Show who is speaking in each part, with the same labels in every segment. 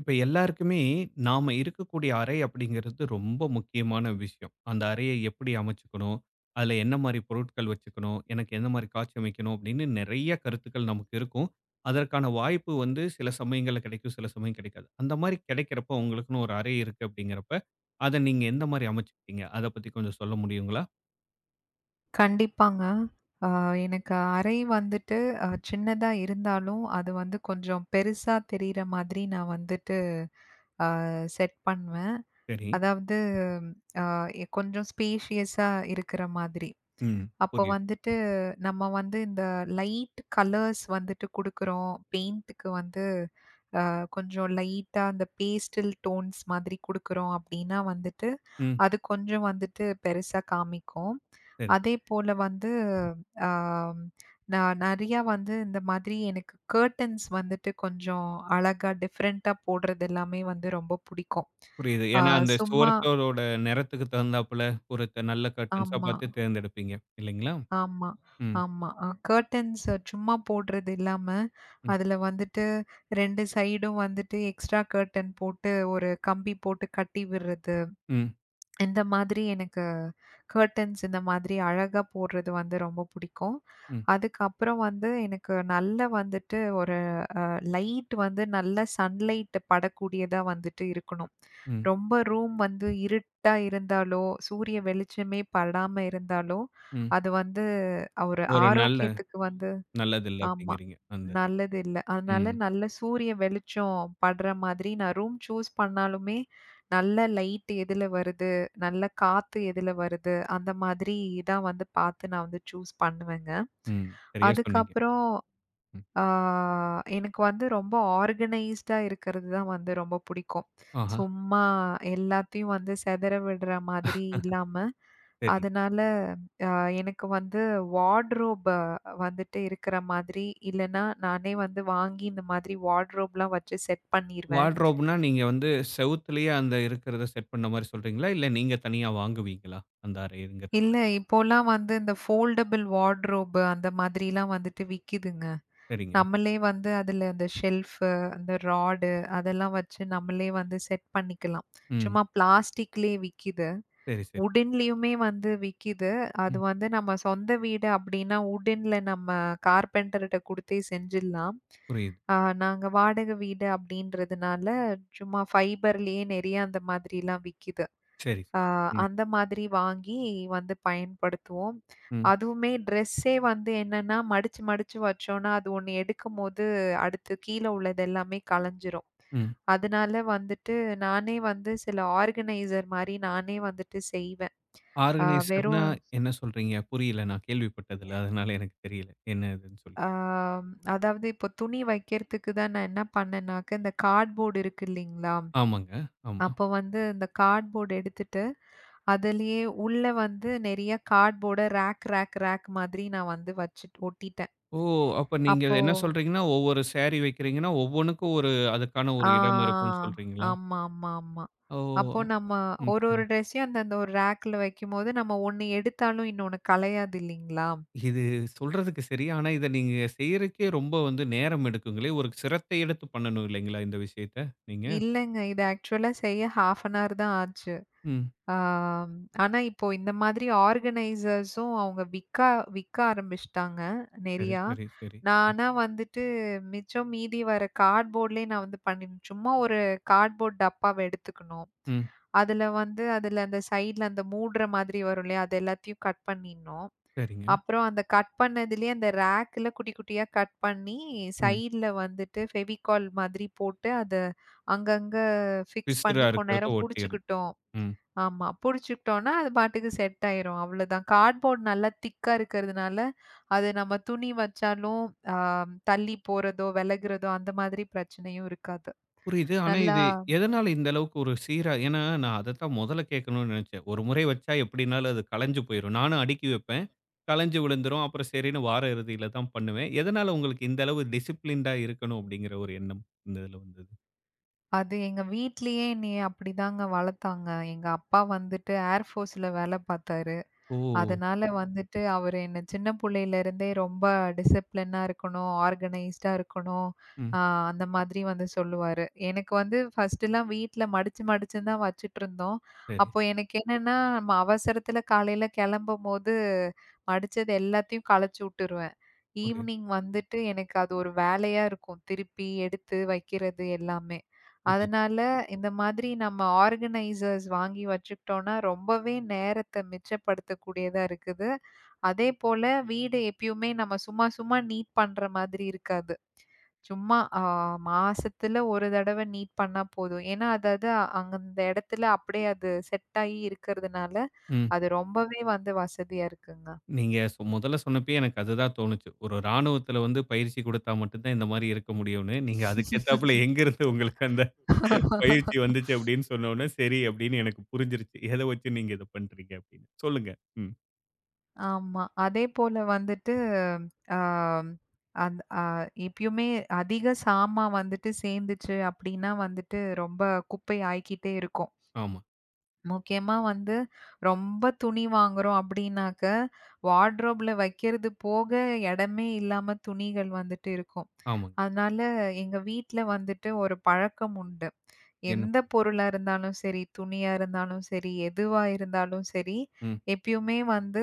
Speaker 1: இப்ப எல்லாருக்குமே நாம இருக்கக்கூடிய அறை அப்படிங்கிறது ரொம்ப முக்கியமான விஷயம். அந்த அறையை எப்படி அமைச்சுக்கணும்? அதுல என்ன மாரி பொருட்கள் வச்சுக்கணும்? எனக்கு எந்த மாரி காட்சி அமைக்கணும்? அப்படின்னு நிறைய கருத்துக்கள் நமக்கு இருக்கும். அதற்கான வாய்ப்பு வந்து சில சமயங்கள்ல கிடைக்கும், சில சமயம் கிடைக்காது. அந்த மாரி கிடைக்கிறப்ப உங்களுக்குன்னு ஒரு அறை இருக்கு அப்படிங்கிறப்ப, அத நீங்க எந்த மாரி அமைச்சுக்கிட்டீங்க? அத பத்தி கொஞ்சம் சொல்ல முடியுங்களா?
Speaker 2: கண்டிப்பாங்க. அ எனக்கு அறை வந்துட்டு சின்னதா இருந்தாலும், அது வந்து கொஞ்சம் பெருசா தெரியிற மாதிரி நான் வந்துட்டு செட் பண்ணுவேன்.
Speaker 1: சரி.
Speaker 2: அதாவது அ கொஞ்சம் ஸ்பேஷியஸா இருக்கிற மாதிரி.
Speaker 1: ம்.
Speaker 2: அப்போ
Speaker 1: புரியுது.
Speaker 2: வந்துட்டு நம்ம வந்து இந்த லைட் கலர்ஸ் வந்துட்டு குடுக்குறோம். பெயிண்ட்டுக்கு வந்து கொஞ்சம் லைட்டா அந்த பேஸ்டல் டோன்ஸ் மாதிரி குடுக்குறோம் அப்டின்னா வந்துட்டு,
Speaker 1: ம்.
Speaker 2: அது கொஞ்சம் வந்துட்டு பெருசா காமிக்கும்.
Speaker 1: சரி.
Speaker 2: அதேபோல வந்து ஆம், நான் நெறையா வந்து இந்த மாதிரி எனக்கு கர்ட்டன்ஸ் வந்துட்டு கொஞ்சம் அழகா டிஃபரெண்ட்டா போடுறது எல்லாமே வந்து ரொம்ப புடிக்கும்.
Speaker 1: புரியுது.
Speaker 2: ஆ
Speaker 1: ஏன்னா அந்த
Speaker 2: சும்மா
Speaker 1: சுவரத்தோட நிறத்துக்கு தகுந்தாப்புல ஒரு நல்ல கர்டன்ஸா
Speaker 2: ஆமா,
Speaker 1: பார்த்து தேர்ந்தெடுப்பீங்க. இல்லைங்களா?
Speaker 2: ஆமா,
Speaker 1: ம்.
Speaker 2: ஆமா. கர்ட்டன்ஸ் சும்மா போடுறது இல்லாம,
Speaker 1: ம்.
Speaker 2: அதுல வந்துட்டு 2 சைடும் வந்துட்டு எக்ஸ்ட்ரா கர்ட்டன் போட்டு ஒரு கம்பி போட்டு கட்டி விடுறது.
Speaker 1: ம்.
Speaker 2: இந்த மாதிரி எனக்கு கர்ட்டன்ஸ் இந்த மாதிரி அழகா போடுறது வந்து ரொம்ப புடிக்கும்.
Speaker 1: ம்.
Speaker 2: அதுக்கப்புறம் வந்து எனக்கு நல்ல வந்துட்டு ஒரு லைட் வந்து நல்ல சன்லைட் படக்கூடியதா வந்துட்டு இருக்கணும்.
Speaker 1: ம்.
Speaker 2: ரொம்ப ரூம் வந்து இருட்டா இருந்தாலோ, சூரிய வெளிச்சமே படாம இருந்தாலோ,
Speaker 1: ம்.
Speaker 2: அது வந்து ஒரு
Speaker 1: ஒரு நல்ல
Speaker 2: ஆரோக்கியத்துக்கு வந்து
Speaker 1: நல்லதில்ல
Speaker 2: ஆமா.
Speaker 1: அப்படிங்கிறீங்க. அந்த
Speaker 2: நல்லது இல்ல. அதனால
Speaker 1: ம்.
Speaker 2: நல்ல சூரிய வெளிச்சம் படுற மாதிரி நான் ரூம் சூஸ் பண்ணாலுமே, நல்ல லைட் எதுல வருது, நல்ல காத்து எதுல வருது, அந்த மாதிரி தான் வந்து பார்த்து நான் வந்து சூஸ் பண்ணுவேங்க.
Speaker 1: ம். சரியா சொன்னீங்க.
Speaker 2: அதுக்கப்புறம்
Speaker 1: ம்.
Speaker 2: ஆ எனக்கு வந்து ரொம்ப ஆர்கனைஸ்டா இருக்கிறது தான் வந்து ரொம்ப பிடிக்கும்.
Speaker 1: ஆஹா!
Speaker 2: சும்மா எல்லாத்தையும் வந்து சிதற விடுற மாதிரி இல்லாம,
Speaker 1: சரி.
Speaker 2: அதனால அ எனக்கு வந்து வார்ட்ரோப் வந்துட்டு இருக்கிற மாதிரி, இல்லன்னா நானே வந்து வாங்கி இந்த மாதிரி வார்ட்ரோப்லாம் வச்சு செட் பண்ணிருவேன்.
Speaker 1: வார்ட்ரோப்னா நீங்க வந்து செவுத்துலயே அந்த இருக்கிறத செட் பண்ண மாரி சொல்றீங்களா? இல்ல நீங்க தனியா வாங்குவீங்களா? அந்த அறைங்கிறது.
Speaker 2: இல்ல இப்போலாம் வந்து இந்த ஃபோல்டபிள் வார்ட்ரோப் அந்த மாதிரிலாம் வந்துட்டு விக்குதுங்க.
Speaker 1: சரிங்க.
Speaker 2: நம்மளே வந்து அதுல அந்த ஷெல்ஃபு, அந்த ராடு அதெல்லாம் வச்சு நம்மளே வந்து செட் பண்ணிக்கலாம்.
Speaker 1: ம்.
Speaker 2: சும்மா பிளாஸ்டிக்லயே விக்கிது.
Speaker 1: சரி, சரி.
Speaker 2: உட்டன்லயுமே வந்து விக்கிது. அது
Speaker 1: ம்.
Speaker 2: வந்து நம்ம சொந்த வீடு அப்டின்னா, உட்டன்ல நம்ம கார்பெண்டர்ட்ட குடுத்தே செஞ்சிடலாம்.
Speaker 1: புரியுது.
Speaker 2: ஆ நாங்க வாடகை வீடு அப்டின்றதுனால, சும்மா ஃபைபர்லயே நெறைய அந்த மாதிரிலாம் விக்கிது.
Speaker 1: சரி.
Speaker 2: ஆ
Speaker 1: ம்.
Speaker 2: அந்த மாதிரி வாங்கி வந்து பயன்படுத்துவோம்.
Speaker 1: ம்.
Speaker 2: அதுவுமே ட்ரெஸ்ஸே வந்து என்னன்னா, மடிச்சு மடிச்சு வச்சோன்னா, அது ஒண்ணு எடுக்கும்போது அடுத்து கீழ உள்ளது எல்லாமே கலஞ்சிரும்.
Speaker 1: ம்.
Speaker 2: அதனால வந்துட்டு நானே வந்து சில ஆர்கனைசர் மாரி நானே வந்துட்டு செய்வேன். ஆ
Speaker 1: ஆர்கனைசர்னா
Speaker 2: வெறும்
Speaker 1: என்ன சொல்றீங்க? புரியல. நான் கேள்விப்பட்டதில்ல. அதனால எனக்கு தெரியல. என்ன இதுன்னு சொல்லி.
Speaker 2: ஆ அதாவது இப்போ துணி வைக்கிறதுக்கு தான் நான் என்ன பண்ணேன்னாக்க, இந்த கார்ட்போர்டு இருக்கு இல்லீங்களா?
Speaker 1: ஆமாங்க. ஆமா.
Speaker 2: அப்போ வந்து இந்த கார்ட்போர்ட் எடுத்துட்டு அதுலயே உள்ள வந்து நெறைய கார்ட்போர்ட ரேக், ரேக், ரேக் மாதிரி நான் வந்து வச்சுட்டு ஒட்டிட்டேன்.
Speaker 1: ஓ! அப்ப நீங்க
Speaker 2: அப்போ
Speaker 1: என்ன சொல்றீங்கன்னா, ஒவ்வொரு சாரி வைக்கிறீங்கன்னா, ஒவ்வொன்னுக்கும் ஒரு அதுக்கான ஒரு இடம் இருக்கும்னு
Speaker 2: ஆ
Speaker 1: சொல்றீங்களா?
Speaker 2: ஆமா, ஆமா, ஆமா.
Speaker 1: ஓ!
Speaker 2: அப்போ நம்ம
Speaker 1: ம்.
Speaker 2: ஒரு
Speaker 1: சரி.
Speaker 2: ஒரு ட்ரெஸ்ஸையும் அந்தந்த ஒரு ரேக்ல வைக்கும்போது, நம்ம ஒண்ணு எடுத்தாலும் இன்னொன்னு கலையாது இல்லைங்களா?
Speaker 1: இது சொல்றதுக்கு சரி. ஆனா, இத நீங்க செய்யறக்கே ரொம்ப வந்து நேரம் எடுக்குங்களே! ஒரு சிரத்தை எடுத்து பண்ணணும் இல்லைங்களா? இந்த விஷயத்த நீங்க?
Speaker 2: இல்லங்க. இது ஆக்சுவலா செய்ய 1/2 அன் ஹவர் தான் ஆச்சு.
Speaker 1: ம்.
Speaker 2: ஆம். ஆனா, இப்போ இந்த மாதிரி ஆர்கனைசர்ஸும் அவங்க விக்க விக்க ஆரம்பிச்சுட்டாங்க
Speaker 1: சரி,
Speaker 2: நெறையா.
Speaker 1: சரி, சரி.
Speaker 2: நான் ஆனா வந்துட்டு மிச்சம் மீதி வர கார்ட்போர்ட்லயே நான் வந்து பண்ணின் சும்மா ஒரு கார்ட்போர்ட் டப்பாவ எடுத்துக்கணும்.
Speaker 1: ம்.
Speaker 2: அதுல வந்து அதுல அந்த சைட்ல அந்த மூடுற மாதிரி வரும் இல்லையா? அது எல்லாத்தையும் கட் பண்ணிடணும்.
Speaker 1: சரிங்க.
Speaker 2: அப்புறம் அந்த கட் பண்ணதுலயே அந்த ரேக்ல குட்டி குட்டியா கட் பண்ணி
Speaker 1: ம்.
Speaker 2: சைட்ல வந்துட்டு ஃபெவிகால் மாதிரி போட்டு அத அங்கங்க ஃபிக்ஸ்
Speaker 1: பிசிறா
Speaker 2: பண்ணி கொஞ்ச
Speaker 1: இருக்கிறத
Speaker 2: நேரம்
Speaker 1: ஒட்டிறணும்.
Speaker 2: புடிச்சுக்கிட்டோம்.
Speaker 1: ம்.
Speaker 2: ஆமா. புடிச்சுக்கிட்டோம்னா, அது பாட்டுக்கு செட் ஆயிரும். அவ்வளதான். கார்ட்போர்ட் நல்லா திக்கா இருக்கிறதுனால, அது நம்ம துணி வச்சாலும் அ தள்ளி போறதோ, விலகுறதோ அந்த மாதிரி பிரச்சனையும் இருக்காது.
Speaker 1: புரியுது. ஆனா,
Speaker 2: நல்லா
Speaker 1: இது எதனால இந்த அளவுக்கு ஒரு சீரா ஏன்னா, நான் அதத்தான் முதல்ல கேட்கணும்னு நினைச்சேன். ஒரு முறை வச்சா எப்படின்னாலும் அது கலஞ்சு போயிரும். நானும் அடுக்கி வைப்பேன். கலஞ்சு விழுந்துரும். அப்புறம் சரின்னு வார இறுதியில தான் பண்ணுவேன். எதனால உங்களுக்கு இந்த அளவு டிசிப்ளின்டா இருக்கணும் அப்படிங்கிற ஒரு எண்ணம் இந்த இதுல வந்தது?
Speaker 2: அது எங்க வீட்லயே என்னைய அப்படிதாங்க வளர்த்தாங்க. எங்க அப்பா வந்துட்டு ஏர் ஃபோர்ஸ்ல வேல பார்த்தாரு.
Speaker 1: ஓ!
Speaker 2: அதனால வந்துட்டு அவரு என்ன சின்ன புள்ளையிலருந்தே ரொம்ப டிசிப்ளினா இருக்கணும், ஆர்கனைஸ்டா இருக்கணும்.
Speaker 1: ம்.
Speaker 2: ஆ அந்த மாதிரி வந்து சொல்லுவாரு. எனக்கு வந்து ஃபர்ஸ்ட்டுலாம் வீட்ல மடிச்சு மடிச்சு தான் வச்சுட்டுருந்தோம்.
Speaker 1: சரி.
Speaker 2: அப்போ எனக்கு என்னன்னா, நம்ம அவசரத்துல காலையில கிளம்பும்போது மடிச்சது எல்லாத்தையும் கலச்சு விட்டுருவேன்.
Speaker 1: புரியுது,
Speaker 2: ஈவினிங் வந்துட்டு எனக்கு அது ஒரு வேலையா இருக்கும். திருப்பி எடுத்து வைக்கிறது எல்லாமே.
Speaker 1: புரியுது.
Speaker 2: அதனால இந்த மாதிரி நம்ம ஆர்கனைசர்ஸ் வாங்கி வச்சுக்கிட்டோம்னா, ரொம்பவே நேரத்த மிச்சப்படுத்தக்கூடியதா இருக்குது. அதேபோல வீடு எப்பயுமே நம்ம சும்மா சும்மா நீட் பண்ற மாதிரி இருக்காது. சும்மா மாசத்துல ஒரு தடவ நீட் பண்ணா போதும். ஏன்னா, அது அது அங்க அந்த இடத்துல அப்படியே அது செட் ஆகி இருக்கிறதுனால,
Speaker 1: ம்.
Speaker 2: அது ரொம்பவே வந்து வசதியா இருக்குங்க.
Speaker 1: நீங்க முதல்ல சொன்னப்பயே எனக்கு அதுதான் தோணுச்சு. ஒரு ராணுவத்தில வந்து பயிற்சி குடுத்தா மட்டும் தான் இந்த மாரி இருக்க முடியும்னு. நீங்க அதுக்கேத்தாப்புல எங்கேருந்து உங்களுக்கு அந்த பயிற்சி வந்துச்சு அப்டின்னு சொன்னோனே, சரி அப்டின்னு எனக்கு புரிஞ்சிருச்சு. எத வச்சு நீங்க இத பண்றீங்க அப்டின்னு. சொல்லுங்க. ம்.
Speaker 2: ஆமா. அதேபோல வந்துட்டு அ அந் அ எப்பயுமே அதிக சாமான் வந்துட்டு சேர்ந்துச்சு அப்டின்னா வந்துட்டு ரொம்ப குப்பை ஆயிக்கிட்டே இருக்கும்.
Speaker 1: ஆமா,
Speaker 2: முக்கியமா வந்து ரொம்ப துணி வாங்குறோம் அப்டின்னாக்க, வார்ட்ரோப்ல வைக்கிறது போக இடமே இல்லாம துணிகள் வந்துட்டு இருக்கும்.
Speaker 1: ஆமாங்க.
Speaker 2: அதனால எங்க வீட்ல வந்துட்டு ஒரு பழக்கம் உண்டு.
Speaker 1: என்ன
Speaker 2: எந்த பொருளா இருந்தாலும் சரி, துணியா இருந்தாலும் சரி, எதுவா இருந்தாலும் சரி,
Speaker 1: ம்,
Speaker 2: எப்பயுமே வந்து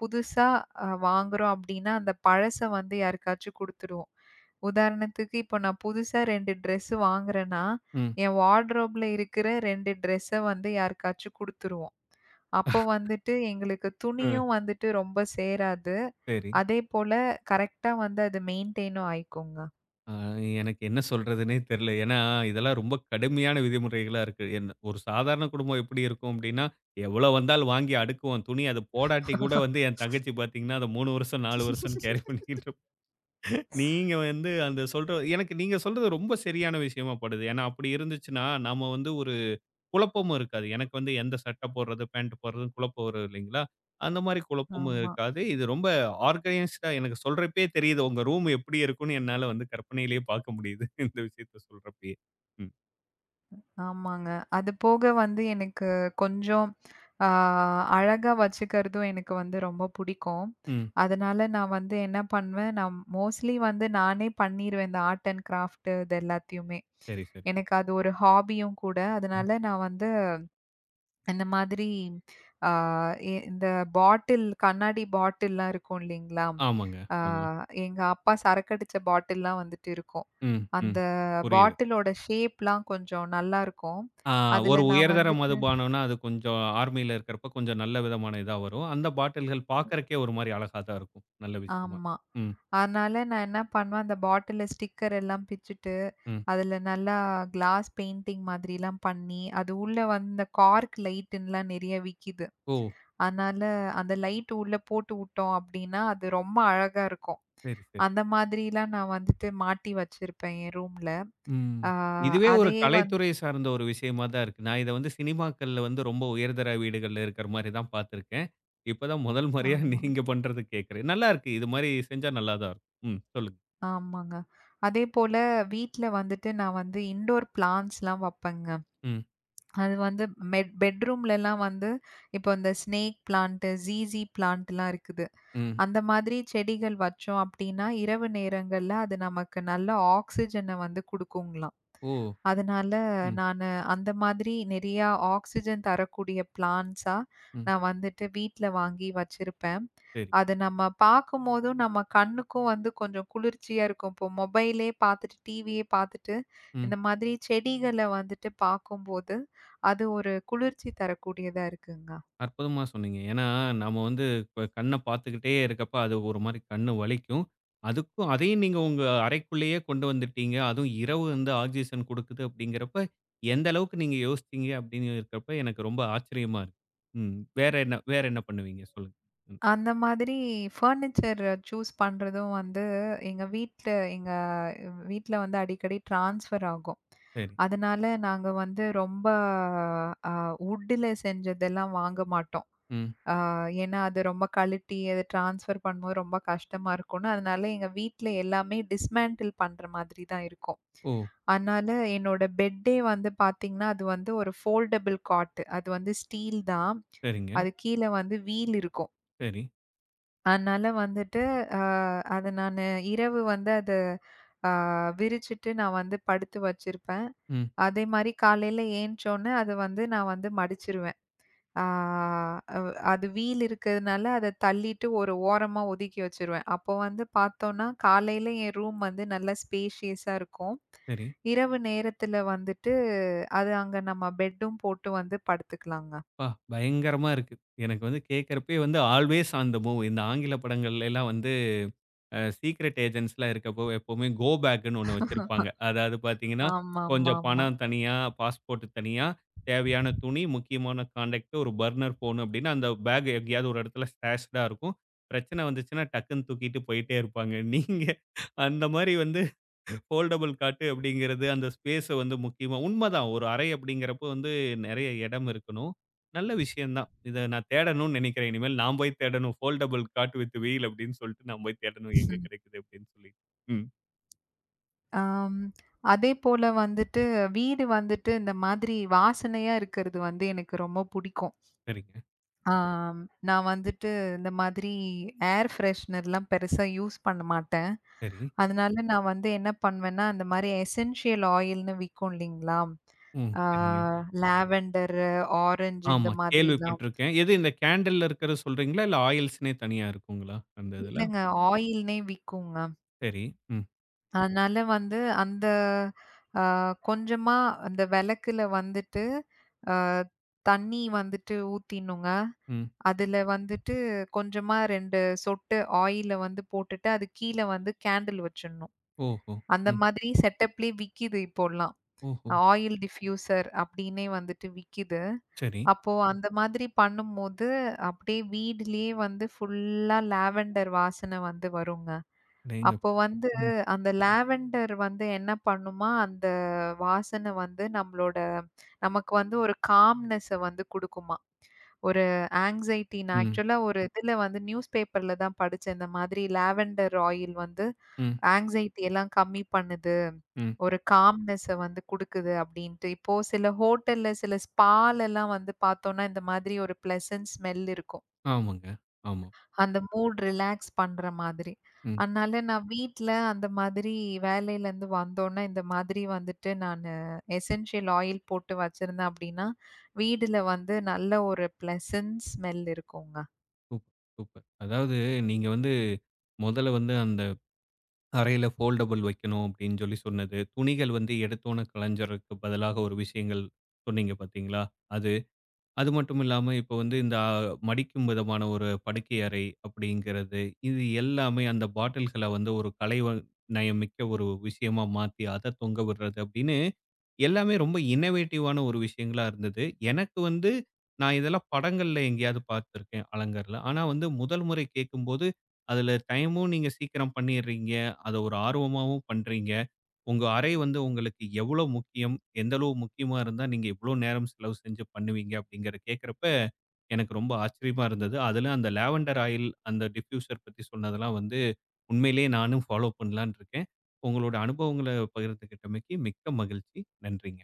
Speaker 2: புதுசா வாங்குறோம் அப்டின்னா, அந்த பழச வந்து யாருக்காச்சும் குடுத்துருவோம். உதாரணத்துக்கு இப்போ நான் புதுசா 2 ட்ரெஸ் வாங்குறேன்னா,
Speaker 1: ம்,
Speaker 2: என் வார்ட்ரோப்ல இருக்கிற 2 ட்ரெஸ்ஸ வந்து யாருக்காச்சும் குடுத்துருவோம். அப்போ வந்துட்டு எங்களுக்கு
Speaker 1: அ,
Speaker 2: துணியும் வந்துட்டு ரொம்ப சேராது.
Speaker 1: சரி.
Speaker 2: அதே போல கரெக்ட்டா வந்து அது மெயின்டெயினும் ஆயிக்குங்க.
Speaker 1: ஆ, எனக்கு என்ன சொல்றதுன்னே தெரியல. ஏன்னா, இதெல்லாம் ரொம்ப கடுமையான விதிமுறைகளா இருக்கு. என்ன ஒரு சாதாரண குடும்பம் எப்படி இருக்கும் அப்படின்னா, எவ்வளோ வந்தாலும் வாங்கி அடுக்குவோம். துணி அத போடாட்டி கூட வந்து என் தங்கச்சி பார்த்தீங்கன்னா, அத 3 வருஷம், 4 வருஷம்னு கேரி பண்ணிக்கிட்டு இருப்பா. நீங்க வந்து அந்த சொல்ற எனக்கு நீங்க சொல்றது ரொம்ப சரியான விஷயமா படுது. ஏன்னா, அப்படி இருந்துச்சுன்னா, நாம வந்து ஒரு குழப்பமும் இருக்காது. எனக்கு வந்து எந்த சட்டை போடுறது, பேண்ட் போடுறதுன்னு குழப்பம் வரும் இல்லைங்களா? அந்த மாரி குழப்பமும்
Speaker 2: ஆமா.
Speaker 1: இருக்காது. இது ரொம்ப ஆர்கனைஸ்டா எனக்கு சொல்றப்பயே தெரியுது. உங்க ரூம் எப்படி இருக்கும்னு என்னால வந்து கற்பனையிலேயே பார்க்க முடியுது. இந்த விஷயத்த சொல்றப்பயே. ம்,
Speaker 2: ஆமாங்க. அது போக வந்து எனக்கு கொஞ்சம் ஆ அழகா வச்சுக்கிறதும் எனக்கு வந்து ரொம்ப பிடிக்கும்.
Speaker 1: ம்.
Speaker 2: அதனால நான் வந்து என்ன பண்ணுவேன், நான் மோஸ்ட்லி வந்து நானே பண்ணிருவேன் இந்த ஆர்ட் அண்ட் கிராஃப்ட் இது எல்லாத்தையுமே.
Speaker 1: சரி, சரி.
Speaker 2: எனக்கு அது ஒரு ஹாபியும் கூட.
Speaker 1: ம்.
Speaker 2: அதனால நான் வந்து அந்த மாதிரி ஆ எ இந்த பாட்டில் கண்ணாடி பாட்டில்லாம் இருக்கும் இல்லைங்களா?
Speaker 1: ஆமாங்க.
Speaker 2: ஆ
Speaker 1: ஆமா.
Speaker 2: எங்க அப்பா சரக்கடிச்ச பாட்டில்லாம் வந்துட்டு இருக்கும்.
Speaker 1: ம், ம்.
Speaker 2: அந்த
Speaker 1: புரியுது.
Speaker 2: பாட்டிலோட ஷேப்லாம் கொஞ்சம் நல்லாருக்கும்.
Speaker 1: ஆ ஒரு
Speaker 2: அதுல நான்
Speaker 1: உயர்தர
Speaker 2: வந்துட்டு
Speaker 1: மதுபானம்னா, அது கொஞ்சம் ஆர்மியில இருக்கிறப்ப கொஞ்சம் நல்ல விதமான இதா வரும். அந்த பாட்டில்கள் பார்க்கறக்கே ஒரு மாரி அழகா தான் இருக்கும். நல்ல விஷயமா.
Speaker 2: ஆமா.
Speaker 1: ம்,
Speaker 2: அதனால நான் என்ன பண்ணுவேன், அந்த பாட்டில ஸ்டிக்கர் எல்லாம் பிச்சுட்டு,
Speaker 1: ம்.
Speaker 2: அதுல நல்லா கிளாஸ் பெயிண்டிங் மாதிரிலாம் பண்ணி, அது உள்ள வந்து இந்த கார்க் லைட்டுன்லாம் நெறைய விக்கிது.
Speaker 1: ஓ!
Speaker 2: அதனால அந்த லைட் உள்ள போட்டு வுட்டோம் அப்டின்னா, அது ரொம்ப அழகா இருக்கும்.
Speaker 1: சரி, சரி.
Speaker 2: அந்த மாதிரிலாம் நான் வந்துட்டு மாட்டி வச்சிருப்பேன் என் ரூம்ல.
Speaker 1: ம்.
Speaker 2: ஆ
Speaker 1: இதுவே ஒரு
Speaker 2: அதையே வந்து
Speaker 1: கலைத்துறை சார்ந்த ஒரு விஷயமா தான் இருக்கு. நான் இத வந்து சினிமாக்கள்ல வந்து ரொம்ப உயர்தர வீடுகள்ல இருக்கிற மாரி தான் பார்த்துருக்கேன். இப்ப தான் முதல் முறையா
Speaker 2: ஆமா,
Speaker 1: நீங்க பண்றத கேட்கிறேன். நல்லா இருக்கு. இது மாரி செஞ்சா நல்லா தான் இருக்கும். ம். சொல்லுங்க.
Speaker 2: ஆமாங்க. அதேபோல வீட்ல வந்துட்டு நான் வந்து இன்டோர் பிளான்ட்ஸ்லாம் வப்பேங்க.
Speaker 1: ம்,
Speaker 2: அது வந்து மெட் பெட்ரூம்லலாம் வந்து இப்போ இந்த ஸ்னேக் பிளான்ட், ஜீஸி பிளான்ட்லாம் இருக்குது.
Speaker 1: ம்.
Speaker 2: அந்த மாதிரி செடிகள் வச்சோம் அப்டின்னா, இரவு நேரங்கள்ல அது நமக்கு நல்ல ஆக்ஸிஜன வந்து குடுக்குங்களாம்.
Speaker 1: ஓ!
Speaker 2: அதனால
Speaker 1: ம்,
Speaker 2: நானு அந்த மாதிரி நெறையா ஆக்ஸிஜன் தரக்கூடிய பிளான்ட்ஸா
Speaker 1: ம்.
Speaker 2: நான் வந்துட்டு வீட்ல வாங்கி வச்சிருப்பேன்.
Speaker 1: சரி.
Speaker 2: அது நம்ம பார்க்கும்போதும் நம்ம கண்ணுக்கும் வந்து கொஞ்சம் குளிர்ச்சியா இருக்கும். இப்போ மொபைலே பார்த்துட்டு, டிவியே பார்த்துட்டு இந்த மாதிரி செடிகள வந்துட்டு பார்க்கும்போது, அது ஒரு குளிர்ச்சி தரக்கூடியதா இருக்குங்க.
Speaker 1: அற்புதமா சொன்னீங்க. ஏன்னா, நம்ம வந்து இப்ப கண்ண பார்த்துக்கிட்டே இருக்கப்ப, அது ஒரு மாரி கண்ணு வலிக்கும். அதுக்கும் அதையும் நீங்க உங்க அறைக்குள்ளேயே கொண்டு வந்துட்டீங்க. அதுவும் இரவு வந்து ஆக்ஸிஜன் குடுக்குது அப்படிங்கிறப்ப, எந்த அளவுக்கு நீங்க யோசிச்சீங்க அப்படின்னு இருக்கிறப்ப, எனக்கு ரொம்ப ஆச்சரியமா இருக்கு. ம். வேற என்ன பண்ணுவீங்க? சொல்லுங்க. ம்.
Speaker 2: அந்த மாதிரி ஃபர்னிச்சர் சூஸ் பண்றதும் வந்து, எங்க வீட்ல எங்க வீட்ல வந்து அடிக்கடி ட்ரான்ஸ்ஃபர் ஆகும்.
Speaker 1: சரி.
Speaker 2: அதனால நாங்க வந்து ரொம்ப அ வுட்ல செஞ்சதெல்லாம் வாங்க மாட்டோம்.
Speaker 1: ம்.
Speaker 2: அ ஏன்னா அது ரொம்ப கழட்டி அத ட்ரான்ஸ்ஃபர் பண்ணும்போது ரொம்ப கஷ்டமா இருக்கும்னு, அதனால எங்க வீட்ல எல்லாமே டிஸ்மேண்டில் பண்ற மாதிரி தான் இருக்கும்.
Speaker 1: ஓ!
Speaker 2: அதனால என்னோட பெட்டே வந்து பார்த்தீங்கன்னா, அது வந்து ஒரு ஃபோல்டபிள் காட். அது வந்து ஸ்டீல் தான்.
Speaker 1: சரிங்க.
Speaker 2: அது கீழ வந்து வீல் இருக்கும்.
Speaker 1: சரி.
Speaker 2: அதனால வந்துட்டு, அ அத நானு இரவு வந்து அத அ விரிச்சிட்டு நான் வந்து படுத்து வச்சிருப்பேன்.
Speaker 1: ம்.
Speaker 2: அதேமாரி காலையில ஏன்ச்சோனே, அத வந்து நான் வந்து மடிச்சிருவேன். ஆ அவ் அது வீல் இருக்கிறதுனால, அத தள்ளிட்டு ஒரு ஓரமா ஒதுக்கி வச்சிருவேன். அப்போ வந்து பார்த்தோன்னா, காலையில என் ரூம் வந்து நல்லா ஸ்பேஷியஸா இருக்கும்.
Speaker 1: சரி.
Speaker 2: இரவு நேரத்தில வந்துட்டு, அது அங்க நம்ம பெட்டும் போட்டு வந்து படுத்துக்கலாங்க.
Speaker 1: அப்பா! பயங்கரமா இருக்கு. எனக்கு வந்து கேட்கிறப்பயே வந்து ஆல்வேஸ் ஆன் த மூவ் இந்த ஆங்கில படங்கள்ல எல்லாம் வந்து சீக்ரெட் ஏஜென்ட்ஸ்லாம் இருக்கப்போ எப்பவுமே கோ பேக்குன்னு ஒண்ணு வச்சிருப்பாங்க. அதாவது பார்த்தீங்கன்னா, கொஞ்சம்
Speaker 2: ஆமாமாமா.
Speaker 1: பணம் தனியா, பாஸ்போர்ட் தனியா, தேவையான துணி, முக்கியமான கான்டாக்ட், ஒரு பர்னர் ஃபோன் அப்டின்னு அந்த பேக் எங்கேயாவது ஒரு இடத்துல ஸ்டாஷ்டா இருக்கும். பிரச்சனை வந்துச்சுன்னா டக்குன்னு தூக்கிட்டு போயிட்டே இருப்பாங்க. நீங்க அந்த மாரி வந்து ஃபோல்டபுள் காட்டு அப்படிங்கிறது அந்த ஸ்பேஸ வந்து முக்கியமா உண்மதான். ஒரு அறை அப்படிங்கிறப்போ வந்து நெறைய இடம் இருக்கணும். நல்ல விஷயம் தான். இத நான் தேடணும்னு நெனைக்கிறேன். இனிமேல் நான் போய் தேடணும். ஃபோல்டபுள் காட் வித் வீல் அப்படின்னு சொல்லிட்டு நான் போய் தேடணும். எங்க கிடைக்குது அப்படின்னு சொல்லி. ம்.
Speaker 2: ஆம். அதேபோல வந்துட்டு வீடு வந்துட்டு இந்த மாதிரி வாசனையா இருக்கிறது வந்து எனக்கு ரொம்ப பிடிக்கும்.
Speaker 1: சரிங்க.
Speaker 2: ஆம். நான் வந்துட்டு இந்த மாதிரி ஏர் ஃப்ரெஷ்னர்லாம் பெருசா யூஸ் பண்ண மாட்டேன்.
Speaker 1: சரி.
Speaker 2: அதனால நான் வந்து என்ன பண்ணுவேன்னா, அந்த மாதிரி எசென்ஷியல் ஆயில்ன்னு விக்கும் இல்லைங்களா?
Speaker 1: ம்.
Speaker 2: ஆ
Speaker 1: சரிங்க.
Speaker 2: லாவெண்டர், ஆரஞ்சு இந்த
Speaker 1: ஆமா.
Speaker 2: மாதிரிலாம்.
Speaker 1: கேள்விப்பட்டிருக்கேன். எது இந்த கேண்டில்ல இருக்கிறது சொல்றீங்களா? இல்ல ஆயில்ஸ்ன்னே தனியா இருக்குங்களா? அந்த இதுல.
Speaker 2: இல்லங்க ஆயில்னே விக்குங்க.
Speaker 1: சரி. ம்.
Speaker 2: அதனால வந்து அந்த அ கொஞ்சமா அந்த விளக்குல வந்துட்டு, அ தண்ணி வந்துட்டு ஊத்தினோங்க.
Speaker 1: ம்.
Speaker 2: அதுல வந்துட்டு கொஞ்சமா 2 சொட்டு ஆயில வந்து போட்டுட்டு, அது கீழ வந்து கேண்டில் வச்சுடணும்.
Speaker 1: ஓஹோ!
Speaker 2: அந்த
Speaker 1: ம்.
Speaker 2: மாதிரி செட்டப்லயே விக்கிது இப்போலாம்.
Speaker 1: ஓஹோ!
Speaker 2: ஆயில் டிஃப்யூசர் அப்டின்னே வந்துட்டு விக்கிது.
Speaker 1: சரி.
Speaker 2: அப்போ அந்த மாதிரி பண்ணும்போது, அப்டியே வீடுலயே வந்து ஃபுல்லா லாவெண்டர் வாசனை வந்து வருங்க. அப்போ
Speaker 1: அடேங்கப்பா!
Speaker 2: வந்து
Speaker 1: ம்.
Speaker 2: அந்த லாவெண்டர் வந்து என்ன பண்ணுமா, அந்த வாசன வந்து நம்மளோட நமக்கு வந்து ஒரு காம்னஸ்ஸ வந்து குடுக்குமா. ஒரு ஆங்சைட்டி நான்
Speaker 1: ம்.
Speaker 2: ஆக்சுவலா ஒரு இதுல வந்து நியூஸ் பேப்பர்ல தான் படிச்சேன். இந்த மாதிரி லாவெண்டர் ஆயில் வந்து
Speaker 1: ம்.
Speaker 2: ஆங்சைட்டி எல்லாம் கம்மி பண்ணுது.
Speaker 1: ம்.
Speaker 2: ஒரு காம்னஸ்ஸ வந்து குடுக்குது அப்டின்ட்டு. இப்போ சில ஹோட்டல்ல, சில ஸ்பாலலாம் வந்து பார்த்தோம்னா, இந்த மாதிரி ஒரு பிளசன்ட் ஸ்மெல் இருக்கும்.
Speaker 1: ஆமாங்க. ஆமா.
Speaker 2: அந்த மூட் ரிலாக்ஸ் பண்ற மாதிரி.
Speaker 1: ம்.
Speaker 2: அதனால நான் வீட்ல அந்த மாதிரி வேலையிலருந்து வந்தோனே, இந்த மாதிரி வந்துட்டு நானு எசென்ஷியல் ஆயில் போட்டு வச்சிருந்தேன் அப்டின்னா, வீடுல வந்து நல்ல ஒரு பிளசன்ட் ஸ்மெல் இருக்குங்க.
Speaker 1: Super, super. அதாவது நீங்க வந்து முதல்ல வந்து அந்த அறையில ஃபோல்டபுள் வைக்கணும் அப்படின்னு சொல்லி சொன்னது, துணிகள் வந்து எடுத்தோனே கலைஞ்சறதுக்கு பதிலாக ஒரு விஷயங்கள் சொன்னீங்க பார்த்தீங்களா? அது அது மட்டும் இல்லாம, இப்ப வந்து இந்த மடிக்கும் விதமான ஒரு படுக்கை அறை அப்படிங்கிறது, இது எல்லாமே அந்த பாட்டில்கள வந்து ஒரு கலைவ நயமிக்க ஒரு விஷயமா மாத்தி, அத தொங்க விடுறது அப்படின்னு, எல்லாமே ரொம்ப இன்னோவேட்டிவான ஒரு விஷயங்களா இருந்தது. எனக்கு வந்து நான் இதெல்லாம் படங்கள்ல எங்கேயாவது பார்த்துருக்கேன் அலங்கார்ல. ஆனா வந்து முதல் முறை கேட்கும்போது, அதுல டைமும் நீங்க சீக்கிரம் பண்ணிடுறீங்க. அத ஒரு ஆர்வமாவும் பண்றீங்க. உங்க அறை வந்து உங்களுக்கு எவ்வளோ முக்கியம்? எந்த அளவு முக்கியமா இருந்தா, நீங்க இவ்வளோ நேரம் செலவு செஞ்சு பண்ணுவீங்க அப்படிங்கிறத கேட்கிறப்ப, எனக்கு ரொம்ப ஆச்சரியமா இருந்தது. அதில அந்த லாவெண்டர் ஆயில், அந்த டிஃப்யூசர் பத்தி சொன்னதெல்லாம் வந்து உண்மையிலேயே நானும் ஃபாலோ பண்ணலான்னு இருக்கேன். உங்களோட அனுபவங்கள பகிர்ந்துகிட்டமைக்கு மிக்க மகிழ்ச்சி. நன்றிங்க.